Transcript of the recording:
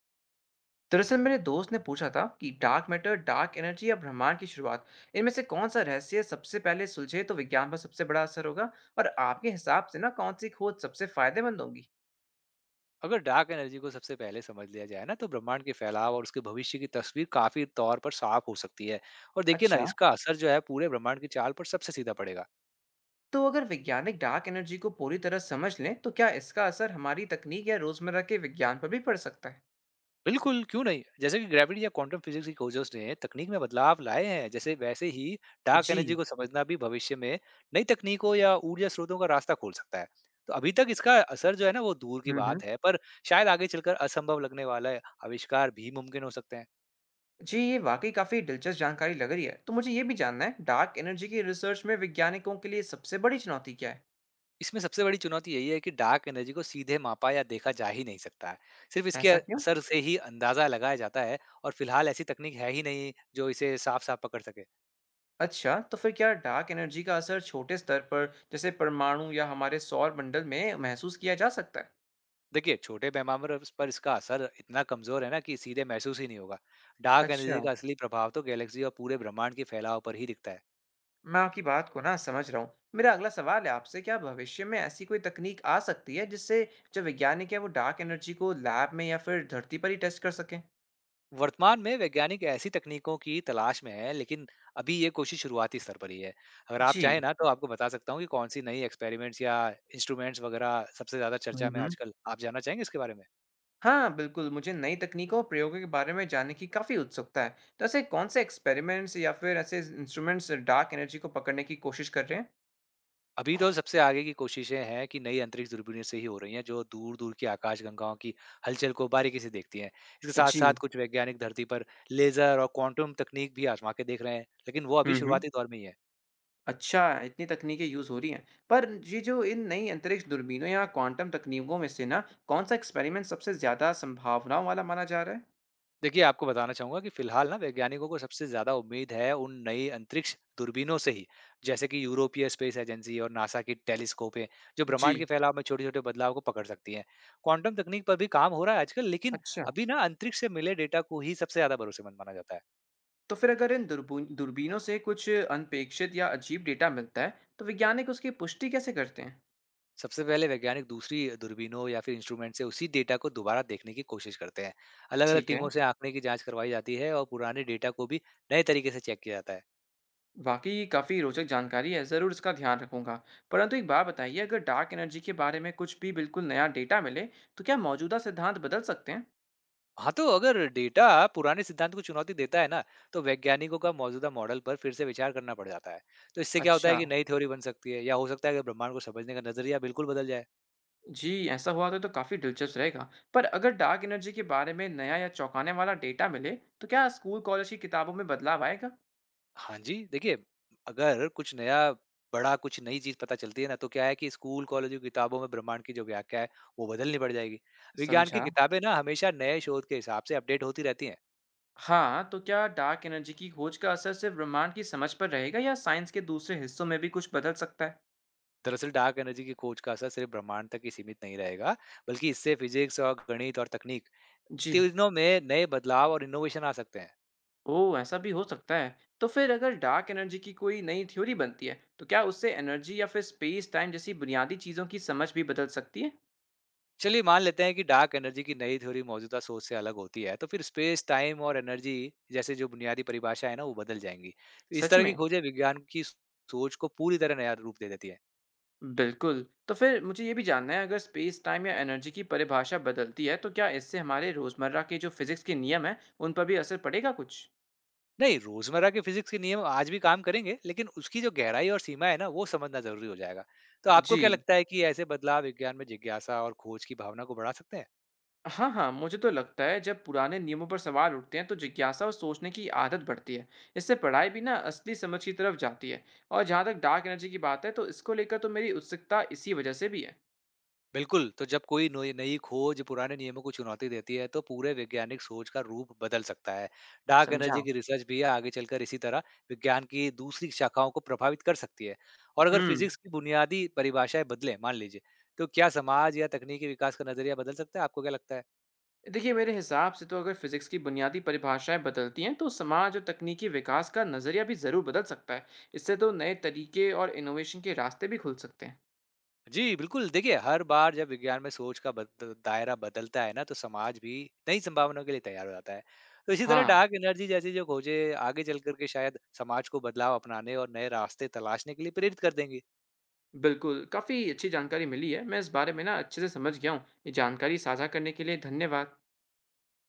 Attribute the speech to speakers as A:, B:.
A: दरअसल मेरे दोस्त ने पूछा था कि डार्क मैटर, डार्क एनर्जी या ब्रह्मांड की शुरुआत, इनमें से कौन सा रहस्य सबसे पहले सुलझे तो विज्ञान पर सबसे बड़ा असर होगा, और आपके हिसाब से ना कौन सी खोज सबसे फायदेमंद होगी।
B: अगर डार्क एनर्जी को सबसे पहले समझ लिया जाए ना तो ब्रह्मांड के फैलाव और उसके भविष्य की तस्वीर काफी तौर पर साफ हो सकती है। और देखिए ना,
A: अच्छा,
B: इसका असर जो है पूरे ब्रह्मांड की चाल पर सबसे सीधा पड़ेगा।
A: तो अगर वैज्ञानिक डार्क एनर्जी को पूरी तरह समझ लें तो क्या इसका असर हमारी तकनीक या रोजमर्रा के विज्ञान पर भी पड़ सकता है।
B: बिल्कुल, क्यों नहीं। जैसे कि ग्रेविटी या क्वांटम फिजिक्स की खोजों ने तकनीक में बदलाव लाए हैं, जैसे वैसे ही डार्क एनर्जी
A: जी।
B: को समझना भी भविष्य में नई तकनीकों या ऊर्जा स्रोतों का रास्ता खोल सकता है। तो अभी तक इसका असर जो है ना वो दूर की
A: हम्म, हम्म।
B: बात है, पर शायद आगे चलकर असंभव लगने वाला आविष्कार भी मुमकिन हो सकते हैं।
A: जी, ये वाकई काफी दिलचस्प जानकारी लग रही है। तो मुझे ये भी जानना है, डार्क एनर्जी की रिसर्च में वैज्ञानिकों के लिए सबसे बड़ी चुनौती क्या है।
B: इसमें सबसे बड़ी चुनौती यही है कि डार्क एनर्जी को सीधे मापा या देखा जा ही नहीं सकता है। सिर्फ इसके
A: ऐसा क्यों?
B: असर से ही अंदाजा लगाया जाता है। और फिलहाल ऐसी तकनीक है ही नहीं जो इसे साफ-साफ पकड़ सके।
A: अच्छा, तो फिर क्या डार्क एनर्जी का असर छोटे स्तर पर, जैसे परमाणु या हमारे सौर मंडल में महसूस किया जा सकता है?
B: देखिए, छोटे पैमाने पर पर इसका असर इतना कमजोर है ना कि सीधे महसूस ही नहीं होगा। डार्क
A: अच्छा,
B: एनर्जी का असली प्रभाव तो गैलेक्सी और पूरे ब्रह्मांड के फैलाव पर ही दिखता है।
A: मैं आपकी बात को ना समझ रहा हूँ। मेरा अगला सवाल है आपसे, क्या भविष्य में ऐसी कोई तकनीक आ सकती है जिससे जो वैज्ञानिक है वो डार्क एनर्जी को लैब में या फिर धरती पर ही टेस्ट कर सकें?
B: वर्तमान में वैज्ञानिक ऐसी तकनीकों की तलाश में हैं, लेकिन अभी ये कोशिश शुरुआती स्तर पर ही है। अगर आप चाहें
A: जी।
B: ना तो आपको बता सकता हूँ कि कौन-सी नई एक्सपेरिमेंट्स या इंस्ट्रूमेंट्स वगैरह सबसे ज़्यादा चर्चा में
A: हम्म।
B: आजकल, आप जानना चाहेंगे इसके बारे में?
A: हाँ, बिल्कुल। मुझे नई तकनीकों और प्रयोगों के बारे में जानने की काफी उत्सुकता है। तो ऐसे कौन से एक्सपेरिमेंट्स या फिर ऐसे इंस्ट्रूमेंट्स डार्क एनर्जी को पकड़ने की कोशिश कर रहे हैं?
B: अभी तो सबसे आगे की कोशिशें हैं कि नई अंतरिक्ष दूरबीनों से ही हो रही हैं, जो दूर-दूर की आकाशगंगाओं की हलचल को बारीकी से देखती हैं। इसके
A: जी।
B: साथ-साथ कुछ वैज्ञानिक धरती पर लेज़र और क्वांटम तकनीक भी आज़मा के देख रहे हैं, लेकिन वो अभी
A: हम्म।
B: शुरुआती दौर में ही है।
A: अच्छा, इतनी तकनीकें यूज़ हो रही हैं। पर ये जो इन नई अंतरिक्ष दूरबीनों या क्वांटम तकनीकों में से ना, कौन-सा एक्सपेरिमेंट सबसे ज़्यादा संभावनाओं वाला माना जा रहा है?
B: देखिए, आपको बताना चाहूँगा कि फ़िलहाल ना वैज्ञानिकों को सबसे ज़्यादा उम्मीद है उन नई अंतरिक्ष दूरबीनों से ही, जैसे कि यूरोपीय स्पेस एजेंसी और नासा की टेलीस्कोपें, जो ब्रह्मांड
A: जी।
B: के फैलाव में छोटे-छोटे बदलाव को पकड़ सकती हैं। क्वांटम तकनीक पर भी काम हो रहा है आजकल, लेकिन
A: अच्छा,
B: अभी ना अंतरिक्ष से मिले डेटा को ही सबसे ज़्यादा भरोसेमंद माना जाता है।
A: तो फिर अगर इन दूरबू दूरबीनों से कुछ अनपेक्षित या अजीब डेटा मिलता है, तो वैज्ञानिक उसकी पुष्टि कैसे करते हैं?
B: सबसे पहले वैज्ञानिक दूसरी दूरबीनों या फिर इंस्ट्रूमेंट से उसी डेटा को दोबारा देखने की कोशिश करते हैं। अलग-अलग
A: ठीक है।
B: टीमों से आँकड़े की जाँच करवाई जाती है और पुराने डेटा को भी नए तरीके से चेक किया जाता है।
A: वाक़ई काफ़ी रोचक जानकारी है, ज़रूर इसका ध्यान रखूँगा। परंतु एक बात बताइए, अगर डार्क एनर्जी के बारे में कुछ भी बिल्कुल नया डेटा मिले, तो क्या मौजूदा सिद्धांत बदल सकते हैं?
B: हाँ, तो अगर डेटा पुराने सिद्धांत को चुनौती देता है ना, तो वैज्ञानिकों का मौजूदा मॉडल पर फिर से विचार करना पड़ जाता है। तो इससे क्या होता है
A: अच्छा।
B: कि नई थ्योरी बन सकती है या हो सकता है कि ब्रह्मांड को समझने का नज़रिया बिल्कुल बदल जाए।
A: जी, ऐसा हुआ तो काफ़ी दिलचस्प रहेगा। पर अगर डार्क एनर्जी के बारे में नया या चौंकाने वाला डेटा मिले, तो क्या स्कूल कॉलेज की किताबों में बदलाव आएगा?
B: हाँ जी, देखिए, अगर कुछ नया बड़ा कुछ नई चीज़ पता चलती है ना, तो क्या है कि स्कूल, कॉलेज की किताबों में ब्रह्मांड की जो व्याख्या है, वो बदलनी पड़ जाएगी। विज्ञान की
A: समझा।
B: किताबें ना हमेशा नए शोध के हिसाब से अपडेट होती रहती हैं।
A: हाँ, तो क्या डार्क एनर्जी की खोज का असर सिर्फ ब्रह्मांड की समझ पर रहेगा, या साइंस के दूसरे हिस्सों में भी कुछ बदल सकता है?
B: दरअसल डार्क एनर्जी की खोज का असर सिर्फ ब्रह्मांड तक ही सीमित नहीं रहेगा, बल्कि इससे फिजिक्स और गणित और तकनीक
A: जी।
B: तीनों में नए बदलाव और इनोवेशन आ सकते हैं।
A: ओ, ऐसा भी हो सकता है। तो फिर अगर डार्क एनर्जी की कोई नई थ्योरी बनती है तो क्या उससे एनर्जी या फिर स्पेस टाइम जैसी बुनियादी चीज़ों की समझ भी बदल सकती है?
B: चलिए, मान लेते हैं कि डार्क एनर्जी की नई थ्योरी मौजूदा सोच से अलग होती है, तो फिर स्पेस टाइम और एनर्जी जैसे जो बुनियादी परिभाषा है ना वो बदल जाएंगी। तो इस
A: सच
B: तरह
A: में?
B: की खोजें विज्ञान की सोच को पूरी तरह नया रूप दे देती है।
A: बिल्कुल। तो फिर मुझे ये भी जानना है, अगर स्पेस, टाइम या एनर्जी की परिभाषा बदलती है, तो क्या इससे हमारे रोज़मर्रा के जो फ़िज़िक्स के नियम हैं, उन पर भी असर पड़ेगा कुछ?
B: नहीं, रोजमर्रा के फिजिक्स के नियम आज भी काम करेंगे, लेकिन उसकी जो गहराई और सीमा है ना वो समझना जरूरी हो जाएगा। तो आपको क्या
A: जी।
B: लगता है, कि ऐसे बदलाव विज्ञान में जिज्ञासा और खोज की भावना को बढ़ा सकते हैं?
A: हाँ, हाँ, मुझे तो लगता है जब पुराने नियमों पर सवाल उठते हैं तो जिज्ञासा और सोचने की आदत बढ़ती है। इससे पढ़ाई भी ना असली समझ की तरफ जाती है। और जहाँ तक डार्क एनर्जी की बात है, तो इसको लेकर तो मेरी उत्सुकता इसी वज़ह से भी है।
B: बिल्कुल, तो जब कोई नोई नई खोज पुराने नियमों को चुनौती देती है, तो पूरे वैज्ञानिक सोच का रूप बदल सकता है। डार्क
A: समझा।
B: एनर्जी की रिसर्च भी आगे चलकर इसी तरह विज्ञान की दूसरी शाखाओं को प्रभावित कर सकती है। और अगर
A: हुँ।
B: फिजिक्स की बुनियादी परिभाषाएं बदलें, मान लीजिए, तो क्या समाज या तकनीकी विकास का नजरिया बदल सकता है? आपको क्या लगता है?
A: देखिए, मेरे हिसाब से तो अगर फिजिक्स की बुनियादी परिभाषाएं बदलती हैं तो समाज और तकनीकी विकास का नजरिया भी जरूर बदल सकता है। इससे तो नए तरीके और इनोवेशन के रास्ते भी खुल सकते हैं।
B: जी, बिल्कुल। देखिए, हर बार जब विज्ञान में सोच का बद दायरा बदलता है ना, तो समाज भी नई संभावनाओं के लिए तैयार हो जाता है। तो इसी तरह
A: हाँ,
B: डार्क एनर्जी जैसी जो खोजें आगे चल कर के शायद समाज को बदलाव अपनाने और नए रास्ते तलाशने के लिए प्रेरित कर देंगी।
A: बिल्कुल। काफी अच्छी जानकारी मिली है, मैं इस बारे में ना अच्छे से समझ गया हूँ। ये जानकारी साझा करने के लिए धन्यवाद।